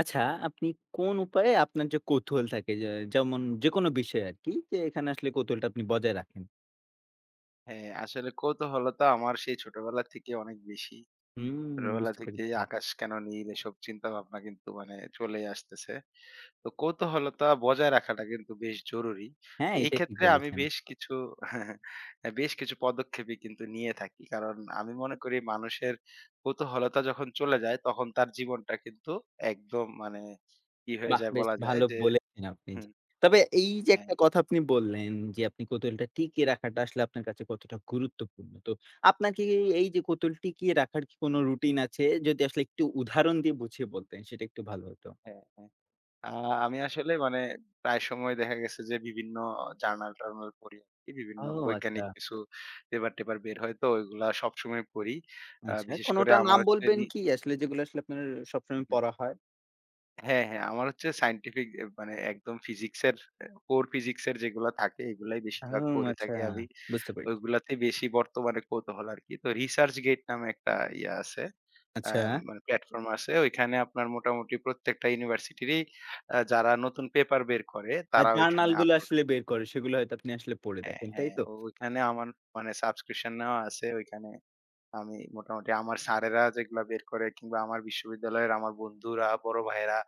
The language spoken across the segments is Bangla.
আচ্ছা, আপনি কোন উপায়ে আপনার যে কৌতূহল থাকে যে যেমন যেকোনো বিষয়ে আরকি যে এখানে আসলে কৌতূহলটা আপনি বজায় রাখেন। হ্যাঁ, আসলে কৌতূহলতা আমার সেই ছোটবেলা থেকে অনেক বেশি। হুম, ছোটবেলা বুঝতে থেকেই পেরেছি। আকাশ কেন নীল? এসব চিন্তাভাবনা কিন্তু মানে চলেই আসতেছে। তো কৌতূহলতা বজায় রাখাটা কিন্তু বেশ জরুরি। তো হ্যাঁ, এই এটা ঠিক ক্ষেত্রে আমি বলেছেন। বেশ কিছু বেশ কিছু পদক্ষেপই কিন্তু নিয়ে থাকি। কারণ আমি মনে করি মানুষের কৌতূহলতা যখন চলে যায় তখন তার জীবনটা কিন্তু একদম মানে কি হয়ে বাহ! যায় বেশ বলা যায় ভালো যে বলেছেন আপনি। হুম, তবে এই যে হ্যাঁ, একটা কথা আপনি বললেন যে আপনি কৌতূহলটা টিকিয়ে রাখাটা আসলে আপনার কাছে কতটা গুরুত্বপূর্ণ। তো আপনার কি এই যে কৌতূহল টিকিয়ে রাখার কি কোনো রুটিন আছে? যদি আসলে একটু উদাহরণ দিয়ে বুঝিয়ে বলতেন সেটা একটু ভালো হতো। হ্যাঁ, হ্যাঁ। আ আমি আসলে মানে প্রায় সময় দেখা গেছে যে বিভিন্ন জার্নাল-টার্নাল পড়ি আরকি। ও বিভিন্ন বৈজ্ঞানিক আচ্ছা। কিছু পেপার-টেপার বের হয় তো ওইগুলা সবসময় পড়ি। আচ্ছা, বিশেষ করে কোনোটার আমার নাম হচ্ছে বলবেন কি আসলে যেগুলো আসলে আপনার সবসময় হ্যাঁ, পড়া হয়? হ্যাঁ। হ্যাঁ, আমার হচ্ছে সায়েন্টিফিক এ মানে একদম ফিজিক্সের, কোর ফিজিক্সের যেগুলা থাকে এগুলাই বেশিরভাগ হুম, পড়ে আচ্ছা। থাকি আমি। বুঝতে পেরেছি। ওইগুলাতে বেশি বর্তমানে কৌতূহল আরকি। তো ResearchGate নামে একটা ইয়া আছে। আ আচ্ছা, মানে প্ল্যাটফর্ম আছে। ওইখানে আপনার মোটামুটি প্রত্যেকটা ইউনিভার্সিটিরই যারা নতুন পেপার বের করে বা তারা ওইখানে জার্নালগুলো আপলোড আসলে বের করে সেগুলো হয়তো আপনি আসলে পড়ে হ্যাঁ, দেখেন, তাই হ্যাঁ। তো? ওইখানে আমার মানে সাবস্ক্রিপশন নেওয়া আছে ওইখানে আমি মোটামুটি আমার স্যারেরা যেগুলা বের করে কিংবা আমার বিশ্ববিদ্যালয়ের আমার বন্ধুরা, বড় ভাইয়েরা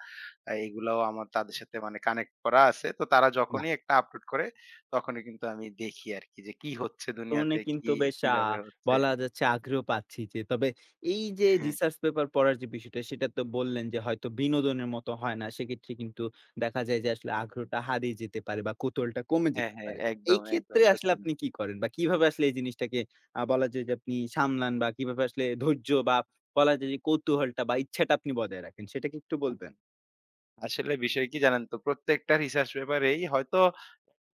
এগুলাও আমার তাদের সাথে মানে কানেক্ট করা আছে। তো তারা বাহ! যখনই একটা আপলোড করে তখনই কিন্তু আমি দেখি আরকি যে কি হচ্ছে শুনে দুনিয়াতে, কিন্তু বেশ কিভাবে হচ্ছে। বলা যাচ্ছে আগ্রহ পাচ্ছি যে তবে এই যে হ্যাঁ, রিসার্চ পেপার পড়ার যে বিষয়টা সেটা তো বললেন যে হয়তো বিনোদনের মতো হয় না। সেক্ষেত্রে কিন্তু দেখা যায় যে আসলে আগ্রহটা হারিয়ে যেতে পারে বা কৌতূহলটা কমে হ্যাঁ, যেতে হ্যাঁ, পারে। তো একদম, এই একদম ক্ষেত্রে আসলে সত্যি আপনি কথা। কি করেন? বা কিভাবে আসলে এই জিনিসটাকে বলা যায় যে আপনি সামলান বা কিভাবে আসলে ধৈর্য বা বলা যায় যে কৌতূহলটা বা ইচ্ছাটা আপনি বজায় রাখেন সেটা কি একটু বলবেন? আসলে বিষয় কি জানেন তো? প্রত্যেকটা রিসার্চ পেপারেই হয়তো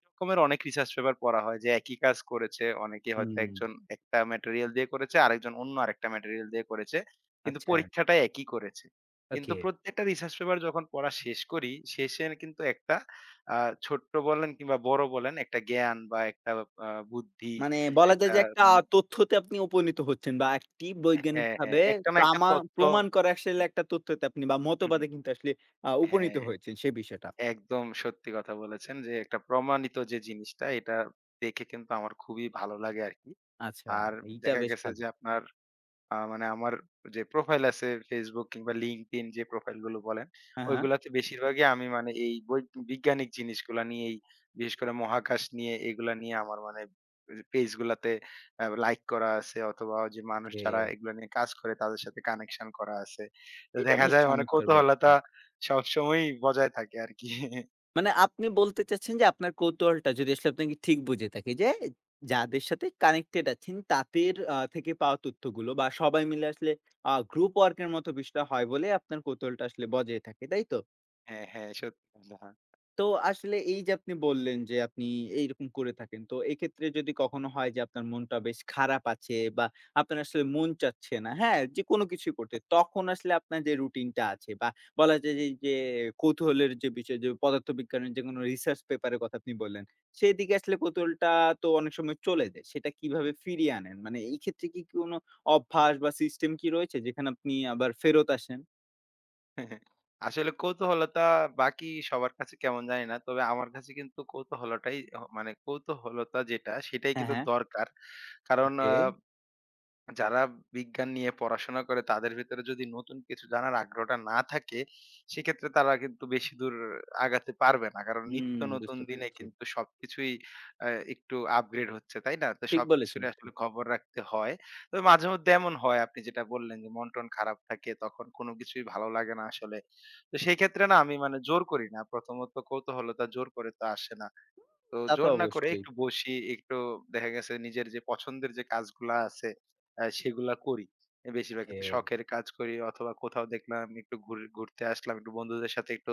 রকমের অনেক রিসার্চ পেপার পড়া হয় যে একই কাজ করেছে। অনেকে হয়তো হুম, একজন একটা ম্যাটেরিয়াল দিয়ে করেছে, আরেকজন অন্য আরেকটা ম্যাটেরিয়াল দিয়ে করেছে। কিন্তু আচ্ছা, পরীক্ষাটা একই করেছে। কিন্তু ওকে। প্রত্যেকটা রিসার্চ পেপার যখন পড়া শেষ করি, শেষে কিন্তু একটা আ ছোট্ট বলেন কিংবা বড় বলেন একটা জ্ঞান বা একটা বুদ্ধি মানে বলা যায় একটা যে একটা মানে তথ্যতে আপনি উপনীত হচ্ছেন বা একটি হ্যাঁ, হ্যাঁ, বৈজ্ঞানিকভাবে একটা না একটা প্রামা তথ্য প্রমাণ করা আসলে একটা তথ্যতে আপনি বা হু, হু। মতবাদে কিন্তু আসলে উপনীত হ্যাঁ, হয়েছেন সেই বিষয়টা। একদম সত্যি কথা বলেছেন যে একটা প্রমাণিত যে জিনিসটা এটা দেখে কিন্তু আমার খুবই ভালো লাগে আরকি। আচ্ছা, আর এইটা দেখা বেশ গেছে ভালো। যে আপনার মানে আমার যে প্রোফাইল আছে Facebook কিংবা LinkedIn যে প্রোফাইল গুলো বলেন, হ্যাঁ, হ্যাঁ। ওইগুলাতে বেশিরভাগই আমি মানে এই বিজ্ঞানিক জিনিসগুলা নিয়েই বিশেষ করে মহাকাশ নিয়ে এগুলা নিয়ে আমার মানে যে পেজ গুলাতে লাইক করা আছে অথবা যে মানুষ ওকে। যারা এগুলা নিয়ে কাজ করে তাদের সাথে কানেকশন করা আছে। তো এটা দেখা বেশ যায় মানে চমৎকার কৌতূহলতা বলেছেন। সবসময়ই বজায় থাকে আরকি। মানে আপনি বলতে চাচ্ছেন যে আপনার কৌতূহলটা যদি আসলে আপনাকে ঠিক বুঝে থাকি যে যাদের সাথে কানেক্টেড আছেন তাদের থেকে পাওয়া তথ্যগুলো বা সবাই মিলে আসলে গ্রুপ ওয়ার্ক এর মতো বিষয়টা হয় বলে আপনার কৌতূহলটা আসলে বজায় থাকে, তাই তো? হ্যাঁ, হ্যাঁ সত্যি কথা। তো আসলে এই যে আপনি বললেন যে আপনি এইরকম করে থাকেন। তো এক্ষেত্রে যদি কখনো হয় যে আপনার মনটা বেশ খারাপ আছে বা আপনার আসলে মন চাচ্ছে না, হ্যাঁ? যে কোনো কিছুই করতে। তখন আসলে আপনার যে রুটিনটা আছে বা বলা যায় যে কৌতূহলের যে বিষয় যে পদার্থবিজ্ঞানের যে কোনো রিসার্চ পেপারের কথা আপনি বললেন, সেদিকে আসলে কৌতূহলটা তো অনেক সময় চলে যায়। সেটা কিভাবে ফিরিয়ে আনেন? মানে এই ক্ষেত্রে কি কোনো অভ্যাস বা সিস্টেম কি রয়েছে যেখানে আপনি আবার ফেরত আসেন? আসলে কৌতূহলতা বাকি সবার কাছে কেমন জানি না। তবে আমার কাছে কিন্তু কৌতূহলটাই, মানে কৌতূহলতা যেটা সেটাই হ্যাঁ, কিন্তু হ্যাঁ। দরকার। কারণ ওকে। যারা বিজ্ঞান নিয়ে পড়াশোনা করে তাদের ভেতরে যদি নতুন কিছু জানার আগ্রহটা না থাকে, সেক্ষেত্রে তারা কিন্তু বেশি দূর আগাতে পারবে না। কারণ হুম, নিত্য নতুন বুঝতে দিনে পেরেছি। কিন্তু সবকিছুই আ একটু আপগ্রেড হচ্ছে, তাই না? তো ঠিক বলেছেন সবকিছুরই আপনি। আসলে খবর রাখতে হয়। তবে মাঝে মধ্যে এমন হয় আপনি যেটা বললেন যে মন-টন খারাপ থাকে, তখন কোনো কিছুই ভালো লাগে না আসলে। তো সেই ক্ষেত্রে না আমি মানে জোর করি না। প্রথমত কৌতূহলতা জোর করে তো আসে না। তো তা তো জোর না করে অবশ্যই। একটু বসি, একটু দেখা গেছে নিজের যে পছন্দের যে কাজগুলা আছে সেগুলা করি। বেশিরভাগ ওকে, ক্ষেত্রে শখের কাজ করি অথবা কোথাও দেখলাম একটু ঘুর ঘুরতে আসলাম, একটু বন্ধুদের সাথে একটু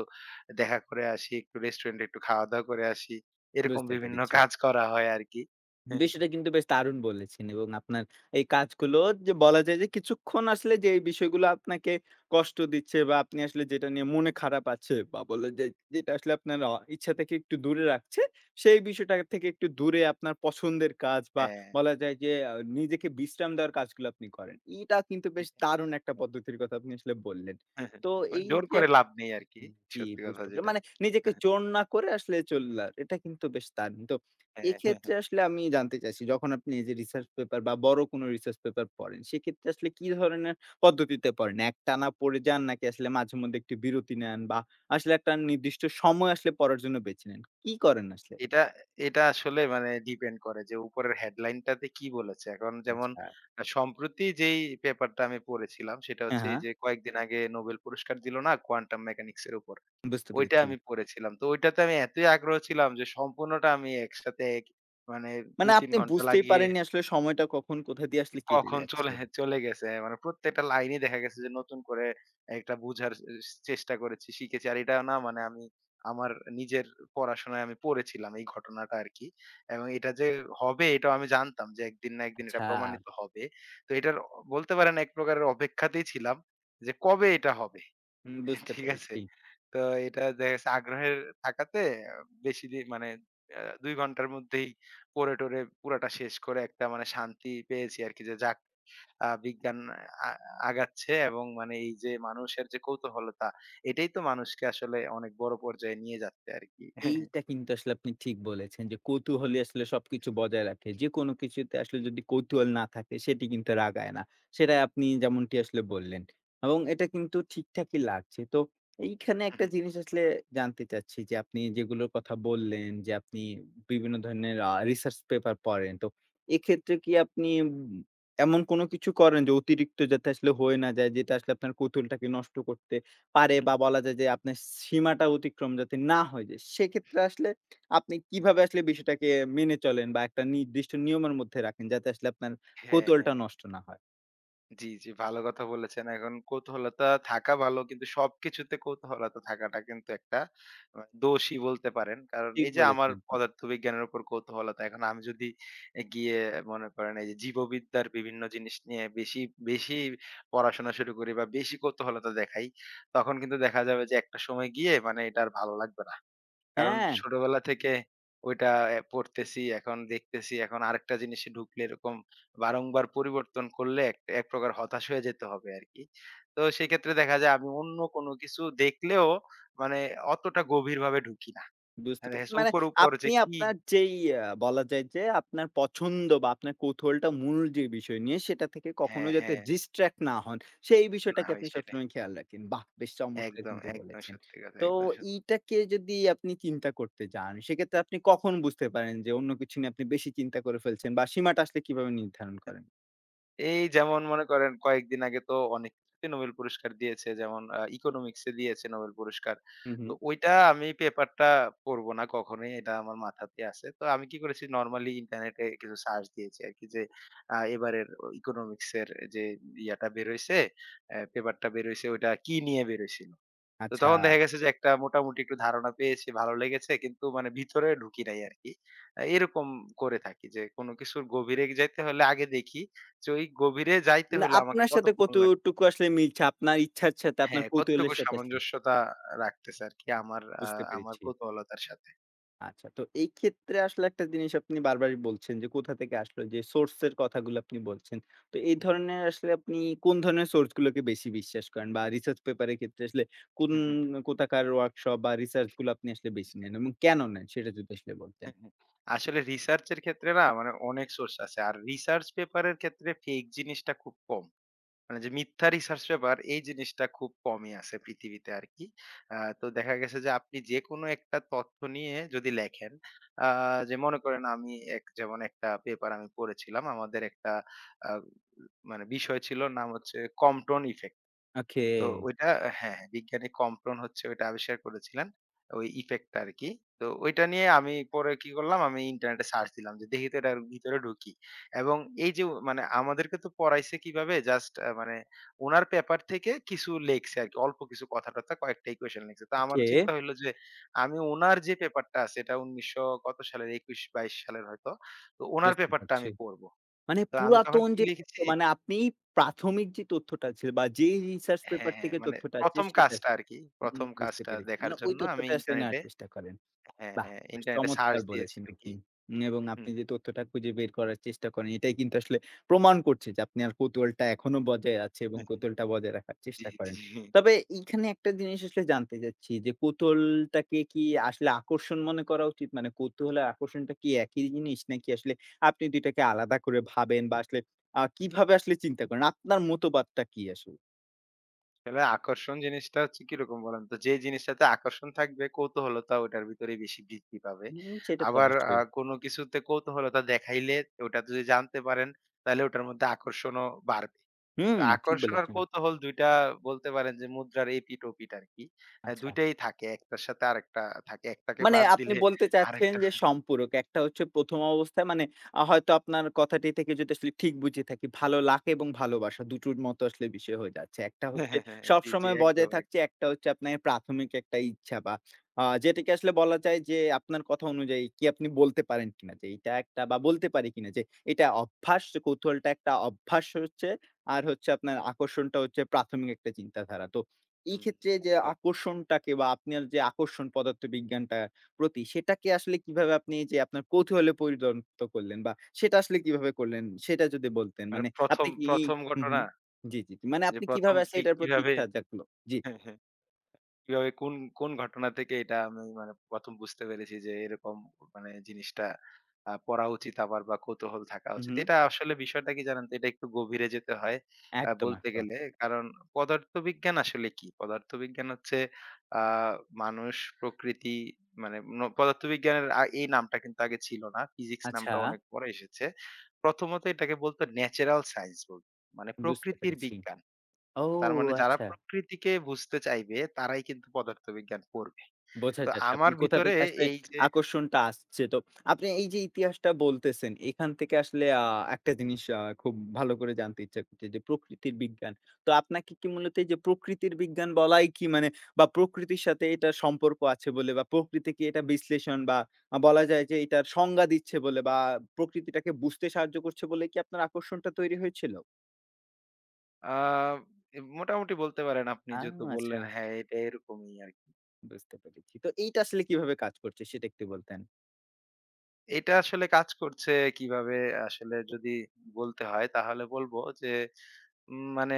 দেখা করে আসি, একটু রেস্টুরেন্টে একটু খাওয়া-দাওয়া করে আসি। এরকম বুঝতে বিভিন্ন পেরেছি। কাজ করা হয় আরকি। বিষয়টা কিন্তু বেশ দারুণ বলেছেন এবং আপনার এই কাজগুলো যে বলা যায় যে কিছুক্ষণ আসলে যে এই বিষয়গুলো আপনাকে কষ্ট দিচ্ছে বা আপনি আসলে যেটা নিয়ে মনে খারাপ আছে বা বলা যায় যেটা আসলে আপনার ইচ্ছা থেকে একটু দূরে রাখছে, সেই বিষয়টা থেকে একটু দূরে আপনার পছন্দের কাজ বা হ্যাঁ। বলা যায় যে নিজেকে বিশ্রাম দেওয়ার কাজগুলো আপনি করেন। এটা কিন্তু হ্যাঁ, বেশ দারুণ একটা হ্যাঁ, হ্যাঁ, পদ্ধতির কথা আপনি আসলে বললেন। হ্যাঁ, হ্যাঁ, হ্যাঁ, তো হ্যাঁ, মানে এই জোর যে করে লাভ নেই আরকি। জি, সত্যি কথা বুঝতে পারলাম। যেটা। মানে নিজেকে জোর না করে আসলে চললা। এটা কিন্তু বেশ দারুণ। তো হ্যাঁ, হ্যাঁ। এক্ষেত্রে আসলে আমি জানতে চাইছি যখন আপনি এই যে রিসার্চ পেপার বা বড় কোনো রিসার্চ পেপার পড়েন, সেক্ষেত্রে আসলে কি ধরনের পদ্ধতিতে পড়েন? একটানা পড়ে যান নাকি আসলে মাঝেমধ্যে একটু বিরতি নেন বা আসলে একটা নির্দিষ্ট সময় আসলে পড়ার জন্য বেছে নেন? কি করেন আসলে? এটা এটা আসলে মানে ডিপেন্ড করে যে উপরের হেডলাইনটাতে কি বলেছে। এখন যেমন আচ্ছা। সম্প্রতি যেই পেপারটা আমি পড়েছিলাম সেটা হ্যাঁ, হচ্ছে এই হ্যাঁ। যে কয়েকদিন আগে নোবেল পুরস্কার দিল না কোয়ান্টাম মেকানিক্স এর উপর। বুঝতে ওইটা পেরেছি। আমি পড়েছিলাম। তো ওইটাতে আমি এতই আগ্রহ ছিলাম যে সম্পূর্ণটা আমি একসাথে এক মানে মানে ২-৩ আপনি ঘন্টা বুঝতেই লাগিয়ে পারেননি আসলে সময়টা কখন কোথা দিয়ে আসলে কেটে কখন যাচ্ছে। চলে চলে গেছে। মানে প্রত্যেকটা লাইনই দেখা গেছে যে নতুন করে একটা বুঝার চেষ্টা করেছি, শিখেছি। আর এটা না মানে আমি আমার নিজের পড়াশোনায় আমি পড়েছিলাম এই ঘটনাটা আরকি। এবং এটা যে হবে এটাও আমি জানতাম যে একদিন না একদিন এটা আচ্ছা, প্রমাণিত হবে। তো এটার বলতে পারেন এক প্রকারের অপেক্ষাতেই ছিলাম যে কবে এটা হবে। হুম, বুঝতে ঠিক আছে? পেরেছি। তো এটা দেখা গেছে আগ্রহের থাকাতে বেশি মানে আ ২ ঘন্টার মধ্যেই পড়ে-টরে পুরাটা শেষ করে একটা মানে শান্তি পেয়েছি আরকি যে যাক বিজ্ঞান আ আগাচ্ছে এবং মানে এই যে মানুষের যে কৌতূহলতা, এটাই তো মানুষকে আসলে অনেক বড় পর্যায়ে নিয়ে যাচ্ছে আরকি। এইটা কিন্তু আসলে আপনি ঠিক বলেছেন যে, কৌতূহলই আসলে সবকিছু বজায় রাখে। যেকোনো কিছুতে আসলে যদি কৌতূহল না থাকে সেটি কিন্তু রাগায় না। সেটাই আপনি যেমনটি আসলে বললেন। এবং এটা কিন্তু ঠিকঠাকই লাগছে। তো এইখানে একটা জিনিস আসলে জানতে চাচ্ছি যে, আপনি যেগুলোর কথা বললেন যে, আপনি বিভিন্ন ধরনের রিসার্চ পেপার পড়েন। তো এক্ষেত্রে কি আপনি এমন কোনো কিছু করেন যে, অতিরিক্ত যাতে আসলে হয়ে না যায় যেটা আসলে আপনার কৌতূহলটাকে নষ্ট করতে পারে বা বলা যায় যে আপনার সীমাটা অতিক্রম যাতে না হয় যে, সেক্ষেত্রে আসলে আপনি কিভাবে আসলে বিষয়টাকে মেনে চলেন বা একটা নির্দিষ্ট নিয়মের মধ্যে রাখেন যাতে আসলে আপনার হ্যাঁ, কৌতূহলটা হ্যাঁ। নষ্ট না হয়? জি, জি, ভালো কথা বলেছেন। এখন কৌতূহলতা থাকা ভালো। কিন্তু সবকিছুতে কৌতূহলতা থাকাটা কিন্তু একটা দোষই বলতে পারেন। কারণ ঠিক এই যে আমার বলেছেন আপনি। পদার্থবিজ্ঞানের উপর কৌতূহলতা। এখন আমি যদি গিয়ে মনে করেন এই যে জীববিদ্যার বিভিন্ন জিনিস নিয়ে বেশি, বেশি পড়াশোনা শুরু করি বা বেশি কৌতূহলতা দেখাই, তখন কিন্তু দেখা যাবে যে একটা সময় গিয়ে মানে এটা আর ভালো লাগবে না। কারণ হ্যাঁ। ছোটবেলা থেকে ওইটা পড়তেছি, এখন দেখতেছি, এখন আরেকটা জিনিসে ঢুকলে এরকম বারংবার পরিবর্তন করলে এক এক প্রকার হতাশ হয়ে যেতে হবে আরকি। তো সেক্ষেত্রে দেখা যায় আমি অন্য কোনো কিছু দেখলেও মানে অতটা গভীরভাবে ঢুকি না। বুঝতে হ্যাঁ, দেখা পেরেছি। যাচ্ছে মানে উপর, উপর যে আপনি কি আপনার যেই বলা যায় যে আপনার পছন্দ বা আপনার কৌতূহলটা মূল যে বিষয় নিয়ে সেটা থেকে কখনো হ্যাঁ, যাতে হ্যাঁ। ডিস্ট্রাক্ট না হন, সেই না বিষয়টাকে হয় আপনি সেটাই। সবসময় খেয়াল রাখেন। বাহ! বেশ চমৎকার একদম, কিন্তু একদম বলেছেন। সত্যি কথা, তো একদম সত্যি। এইটাকে যদি আপনি চিন্তা করতে যান, সেক্ষেত্রে আপনি কখন বুঝতে পারেন যে অন্য কিছু নিয়ে আপনি বেশি চিন্তা করে ফেলছেন বা সীমাটা আসলে কিভাবে নির্ধারণ করেন? এই যেমন মনে করেন কয়েকদিন আগে তো অনেক কিছুতে নোবেল পুরস্কার দিয়েছে। যেমন ইকোনমিক্স এ দিয়েছে নোবেল পুরস্কার। হু, হু। তো ওইটা আমি পেপারটা পড়ব না কখনোই। এটা আমার মাথাতে আছে। তো আমি কি করেছি নরমালি ইন্টারনেটে কিছু সার্চ দিয়েছি আরকি যে এবারের ইকোনমিক্স এর যে ইয়াটা বের হইছে, পেপারটা বের হইছে ওইটা কি নিয়ে বের হইছিল? তো আচ্ছা। তখন দেখা গেছে যে একটা মোটামুটি একটু ধারণা পেয়েছি, ভালো লেগেছে। কিন্তু মানে ভিতরে ঢুকি নাই আরকি। এরকম করে থাকি যে কোনো কিছুর গভীরে যাইতে হলে আগে দেখি যে ওই গভীরে যাইতে মানে হলে আমাকে আপনার সাথে কতক্ষণ লাগবে। কতটুকু আসলে মিলছে আপনার ইচ্ছার সাথে, আপনার হ্যাঁ, কতটুকু কৌতূহলের সাথে আসলে? সামঞ্জস্যতা রাখতেছে আরকি বুঝতে আমার পেরেছি। কৌতূহলতার সাথে। আচ্ছা। তো এই ক্ষেত্রে আসলে একটা জিনিস আপনি বারবারই বলছেন যে, কোথা থেকে আসলো যে সোর্স এর কথাগুলো আপনি বলছেন। তো এই ধরনের আসলে আপনি কোন ধরনের সোর্স গুলোকে বেশি বিশ্বাস করেন? বা রিসার্চ পেপার এর ক্ষেত্রে আসলে কোন হুম হুম। কোথাকার ওয়ার্কশপ বা রিসার্চ গুলো আপনি আসলে বেশি নেন এবং কেন নেন? সেটা যদি আসলে বলতেন। আসলে রিসার্চ এর ক্ষেত্রে না মানে অনেক সোর্স আছে। আর রিসার্চ পেপার এর ক্ষেত্রে ফেক জিনিসটা খুব কম। মানে যে মিথ্যা রিসার্চ পেপার এই জিনিসটা খুব কমই আছে পৃথিবীতে আরকি। তো দেখা গেছে যে আপনি যেকোনো একটা তথ্য নিয়ে যদি লেখেন, আ যে মনে করেন আমি এক যেমন একটা পেপার আমি পড়েছিলাম। আমাদের একটা আ মানে বিষয় ছিল নাম হচ্ছে কম্পটন ইফেক্ট। ওকে, তো ওইটা হ্যাঁ, হ্যাঁ, বিজ্ঞানী কম্পন হচ্ছে ওইটা আবিষ্কার করেছিলেন। ওই ইফেক্টটা আরকি। তো ওইটা নিয়ে আমি পরে কি করলাম, আমি ইন্টারনেটে সার্চ দিলাম যে দেখি তো এটার ভিতরে ঢুকি। এবং এই যে মানে আমাদেরকে তো পড়াইছে কিভাবে জাস্ট মানে উনার পেপার থেকে কিছু লেখছে আরকি। অল্প কিছু কথা-টথা কয়েকটা ইকুয়েশন লিখছে। তো আমার ওকে, চিন্তা হইলো যে আমি উনার যে পেপারটা আছে এটা ১৯০০ কত সালের ২১-২২ সালের হয়তো। তো উনার বুঝতে পেপারটা পারছি। আমি পড়ব। মানে তো আমি তখন পুরাতন কি যে তথ্য লিখেছি মানে আপনি প্রাথমিক যে তথ্যটা আছে বা যেই রিসার্চ হ্যাঁ, পেপার হ্যাঁ। থেকে মানে তথ্যটা আসছে ১ম সেটা কাজটা আরকি। হুম, ১ম বুঝতে কাজটা পেরেছি। দেখার মানে ওই জন্য আমি তথ্যটা আসলে নেওয়ার ইন্টারনেটে চেষ্টা করেন। হ্যাঁ, বাহ! হ্যাঁ, বেশ ইন্টারনেটে সার্চ চমৎকার দিয়েছি বলেছেন আরকি। আপনি। এবং হুম। আপনি যে তথ্যটা খুঁজে বের করার চেষ্টা করেন, এটাই কিন্তু আসলে প্রমাণ করছে যে আপনার কৌতূহলটা এখনো বজায় আছে এবং হুম, হুম। কৌতূহলটা বজায় রাখার জি, চেষ্টা করেন। জি। তবে এইখানে একটা জিনিস আসলে জানতে চাচ্ছি যে কৌতূহলটাকে কি আসলে আকর্ষণ মনে করা উচিত? মানে কৌতূহল আর আকর্ষণটা কি একই জিনিস? নাকি আসলে আপনি ২ টাকে আলাদা করে ভাবেন বা আসলে কিভাবে আসলে চিন্তা করেন? আপনার মতবাদটা কি আসলে? আসলে আকর্ষণ জিনিসটা হচ্ছে কিরকম বলেন তো? যে জিনিসটাতে আকর্ষণ থাকবে কৌতূহলতা ওটার ভিতরে বেশি বৃদ্ধি পাবে। হুম, সেটা তো আবার অবশ্যই। কোনো কিছুতে কৌতূহলতা দেখাইলে ওটা যদি জানতে পারেন তাহলে ওটার মধ্যে আকর্ষণও বাড়বে। হুম, তো ঠিক আকর্ষণ আর বলেছেন। কৌতূহল ২ টা বলতে পারেন যে মুদ্রার এপিঠ ওপিঠ আরকি। হ্যাঁ, আচ্ছা। ২ টাই থাকে। একটার সাথে আরেকটা থাকে। একটাকে মানে বাদ আপনি দিলে বলতে চাচ্ছেন আরেকটা যে সম্পূরক। একটা হচ্ছে ১ম অবস্থায় মানে হয়তো আপনার কথাটি থেকে যদি আসলে ঠিক বুঝে থাকি, ভালো লাগা এবং ভালোবাসা দুটোর মতো আসলে বিষয় হয়ে যাচ্ছে। একটা হ্যাঁ, হচ্ছে হ্যাঁ, হ্যাঁ। জি, জি। সবসময় একদম, বজায় থাকছে, একদম। একটা হচ্ছে আপনার প্রাথমিক একটা ইচ্ছা বা যেটাকে আসলে বলা যায় যে আপনার কথা অনুযায়ী কি আপনি বলতে পারেন কিনা যে এটা একটা বা বলতে পারি কিনা যে এটা অভ্যাস, যে কৌতূহলটা একটা অভ্যাস হচ্ছে। আর হচ্ছে আপনার আকর্ষণটা হচ্ছে প্রাথমিক একটা চিন্তাধারা। তো এই হুম, ক্ষেত্রে যে একদম। আকর্ষণটাকে বা আপনার যে আকর্ষণ পদার্থবিজ্ঞানটা প্রতি সেটাকে আসলে কিভাবে আপনি যে আপনার কৌতূহলে পরিণত করলেন বা সেটা আসলে কিভাবে করলেন সেটা যদি বলতেন? মানে মানে ১ম, আপনি কি ১ম হু, হু। ঘটনা জি, জি, জি। মানে যে আপনি ১ম কিভাবে আসলে কি এটার প্রতি কিভাবে ইচ্ছা জাগলো? জি। কিভাবে কোন ঘটনা থেকে এটা আমি মানে ১ম বুঝতে পেরেছি যে এরকম মানে জিনিসটা পড়া উচিত আবার বা কৌতূহল থাকা হু, উচিত। হু। এটা আসলে বিষয়টা কি জানেন তো? এটা একটু গভীরে যেতে হয় একদম, বলতে একদম। গেলে। কারণ পদার্থবিজ্ঞান আসলে কি? পদার্থবিজ্ঞান হচ্ছে আ মানুষ, প্রকৃতি মানে পদার্থবিজ্ঞানের এই নামটা কিন্তু আগে ছিল না। ফিজিক্স আচ্ছা, নামটা অনেক পরে এসেছে। প্রথমত এটাকে বলতো ন্যাচারাল সায়েন্স বলত। মানে বুঝতে প্রকৃতির পেরেছি। বিজ্ঞান। ও তার মানে যারা আচ্ছা। প্রকৃতিকে বুঝতে চাইবে তারাই কিন্তু পদার্থবিজ্ঞান পড়বে। বোঝা তো যাচ্ছে আমার আপনি কোথা ভিতরে থেকে আসলে এই যে আকর্ষণটা আসছে। তো আপনি এই যে ইতিহাসটা বলতেছেন, এখান থেকে আসলে একটা জিনিস খুব ভালো করে জানতে ইচ্ছা করছে যে প্রকৃতির বিজ্ঞান। তো আপনাকে কি মূলত এই যে প্রকৃতির বিজ্ঞান বলাই কি মানে বা প্রকৃতির সাথে এটার সম্পর্ক আছে বলে বা প্রকৃতিকে এটা বিশ্লেষণ বা বলা যায় যে এটার সংজ্ঞা দিচ্ছে বলে বা প্রকৃতিটাকে বুঝতে সাহায্য করছে বলে কি আপনার আকর্ষণটা তৈরি হয়েছিল? আ মোটামুটি বলতে পারেন আপনি আ যেহেতু আচ্ছা বললেন হ্যাঁ, এটা এরকমই আরকি। বুঝতে পেরেছি। তো এইটা আসলে কিভাবে কাজ করছে সেটা একটু বলতেন? এটা আসলে কাজ করছে কিভাবে আসলে যদি বলতে হয় তাহলে বলব যে মানে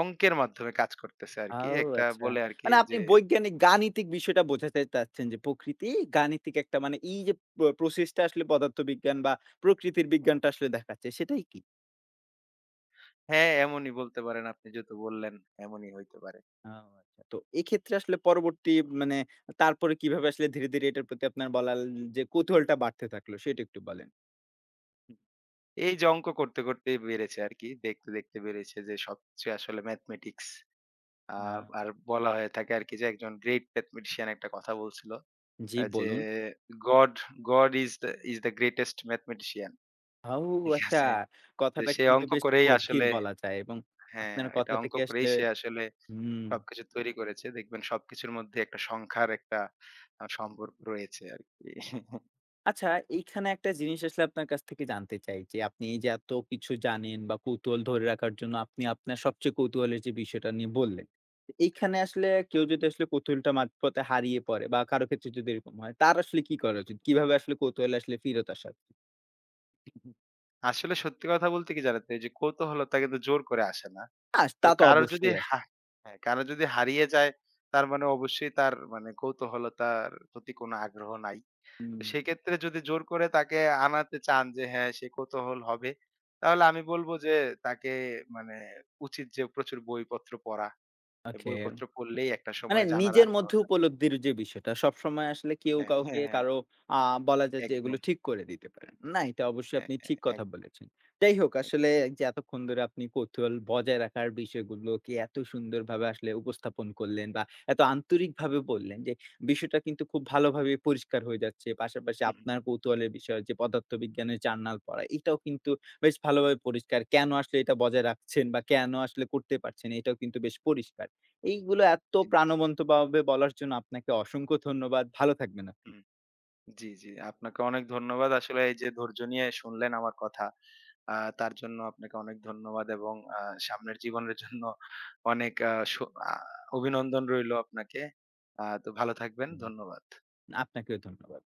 অঙ্কের মাধ্যমে কাজ করতেছে আরকি। আও একটা আচ্ছা। বলে আরকি মানে আপনি যে বৈজ্ঞানিক গাণিতিক বিষয়টা বোঝাতে চাচ্ছেন যে প্রকৃতি গাণিতিক একটা মানে এই যে প্রসেসটা আসলে পদার্থবিজ্ঞান বা প্রকৃতির বিজ্ঞানটা আসলে দেখাচ্ছে সেটাই কি? হ্যাঁ, এমনই বলতে পারেন আপনি যেহেতু বললেন এমনই হইতে পারে। ও আচ্ছা। তো এক্ষেত্রে আসলে পরবর্তী মানে তারপরে কিভাবে আসলে ধীরে, ধীরে এটার প্রতি আপনার বলার যে কৌতূহলটা বাড়তে থাকলো সেটা একটু বলেন। এই যে অঙ্ক করতে, করতেই বেড়েছে আরকি। দেখতে, দেখতে বেড়েছে যে সবচেয়ে আসলে ম্যাথমেটিক্স। আ না। আর বলা হয়ে থাকে আরকি যে একজন গ্রেট ম্যাথমেটিশিয়ান একটা কথা বলছিল। জি, যে বলুন। "God God is the greatest mathematician" ও ঠিক আচ্ছা। আছে? তো কথাটা সে কিন্তু অঙ্ক বেশ করেই গভীর আসলে বলা যায় এবং হ্যাঁ, আপনার এটা কথা অঙ্ক থেকে করেই আসলে সে আসলে হুম। সবকিছু তৈরি করেছে। দেখবেন সবকিছুর মধ্যে একটা সংখ্যার একটা সম্পর্ক রয়েছে আরকি। আচ্ছা, এইখানে একটা জিনিস আসলে আপনার কাছ থেকে জানতে চাই যে, আপনি এই যে এত কিছু জানেন বা কৌতূহল ধরে রাখার জন্য আপনি আপনার সবচেয়ে কৌতূহলের যে বিষয়টা নিয়ে বললেন। তো এইখানে আসলে কেউ যদি আসলে কৌতূহলটা মাঝপথে হারিয়ে পড়ে বা কারো ক্ষেত্রে যদি এরকম হয়, তার আসলে কি করা উচিত? কিভাবে আসলে কৌতূহলে আসলে ফিরত আসা? উচিত? আসলে সত্যি কথা বলতে কি জানেন তো? এই যে কৌতূহলতা কিন্তু জোর করে আসে না। তো তা তো কারোর যদি অবশ্যই আসে। হ্যাঁ, কারো যদি হারিয়ে যায় তার মানে অবশ্যই তার মানে কৌতূহলতার প্রতি কোনো আগ্রহ নাই। হুম, তো সেক্ষেত্রে যদি জোর করে তাকে আনাতে চান যে হ্যাঁ, সে কৌতূহল হবে, তাহলে আমি বলব যে তাকে মানে উচিত যে প্রচুর বইপত্র পড়া। ওকে। বইপত্র পড়লেই একটা মানে সময় জানার নিজের মধ্যে আগ্রহটা বেড়ে যায়। উপলব্ধির যে বিষয়টা সবসময় আসলে কেউ হ্যাঁ, কাউকে হ্যাঁ, হ্যাঁ, কারো আ বলা যায় যে এগুলো একদম। ঠিক করে দিতে পারে না। না এটা অবশ্যই হ্যাঁ, আপনি হ্যাঁ, ঠিক কথা একদম, বলেছেন। যাই হোক আসলে একদম। যে এতক্ষণ ধরে আপনি কৌতূহল বজায় রাখার বিষয়গুলোকে এত সুন্দরভাবে আসলে উপস্থাপন করলেন বা এত আন্তরিকভাবে বললেন যে বিষয়টা কিন্তু খুব ভালোভাবে পরিষ্কার হয়ে যাচ্ছে। পাশাপাশি হুম, হুম, আপনার কৌতূহলের বিষয় যে পদার্থবিজ্ঞানের জার্নাল পড়া এটাও কিন্তু বেশ ভালোভাবে পরিষ্কার। কেন আসলে এটা বজায় রাখছেন বা কেন আসলে করতে পারছেন এটাও কিন্তু বেশ পরিষ্কার। এইগুলো এত জি, জি। প্রাণবন্তভাবে বলার জন্য আপনাকে অসংখ্য ধন্যবাদ। ভালো থাকবেন আপনি। হুম। জি, জি। আপনাকে অনেক ধন্যবাদ। আসলে এই যে ধৈর্য নিয়ে শুনলেন আমার কথা, আ তার জন্য আপনাকে অনেক ধন্যবাদ এবং সামনের জীবনের জন্য অনেক আ সু আ অভিনন্দন রইলো আপনাকে। তো ভালো থাকবেন। হুম, ধন্যবাদ। আপনাকেও ধন্যবাদ।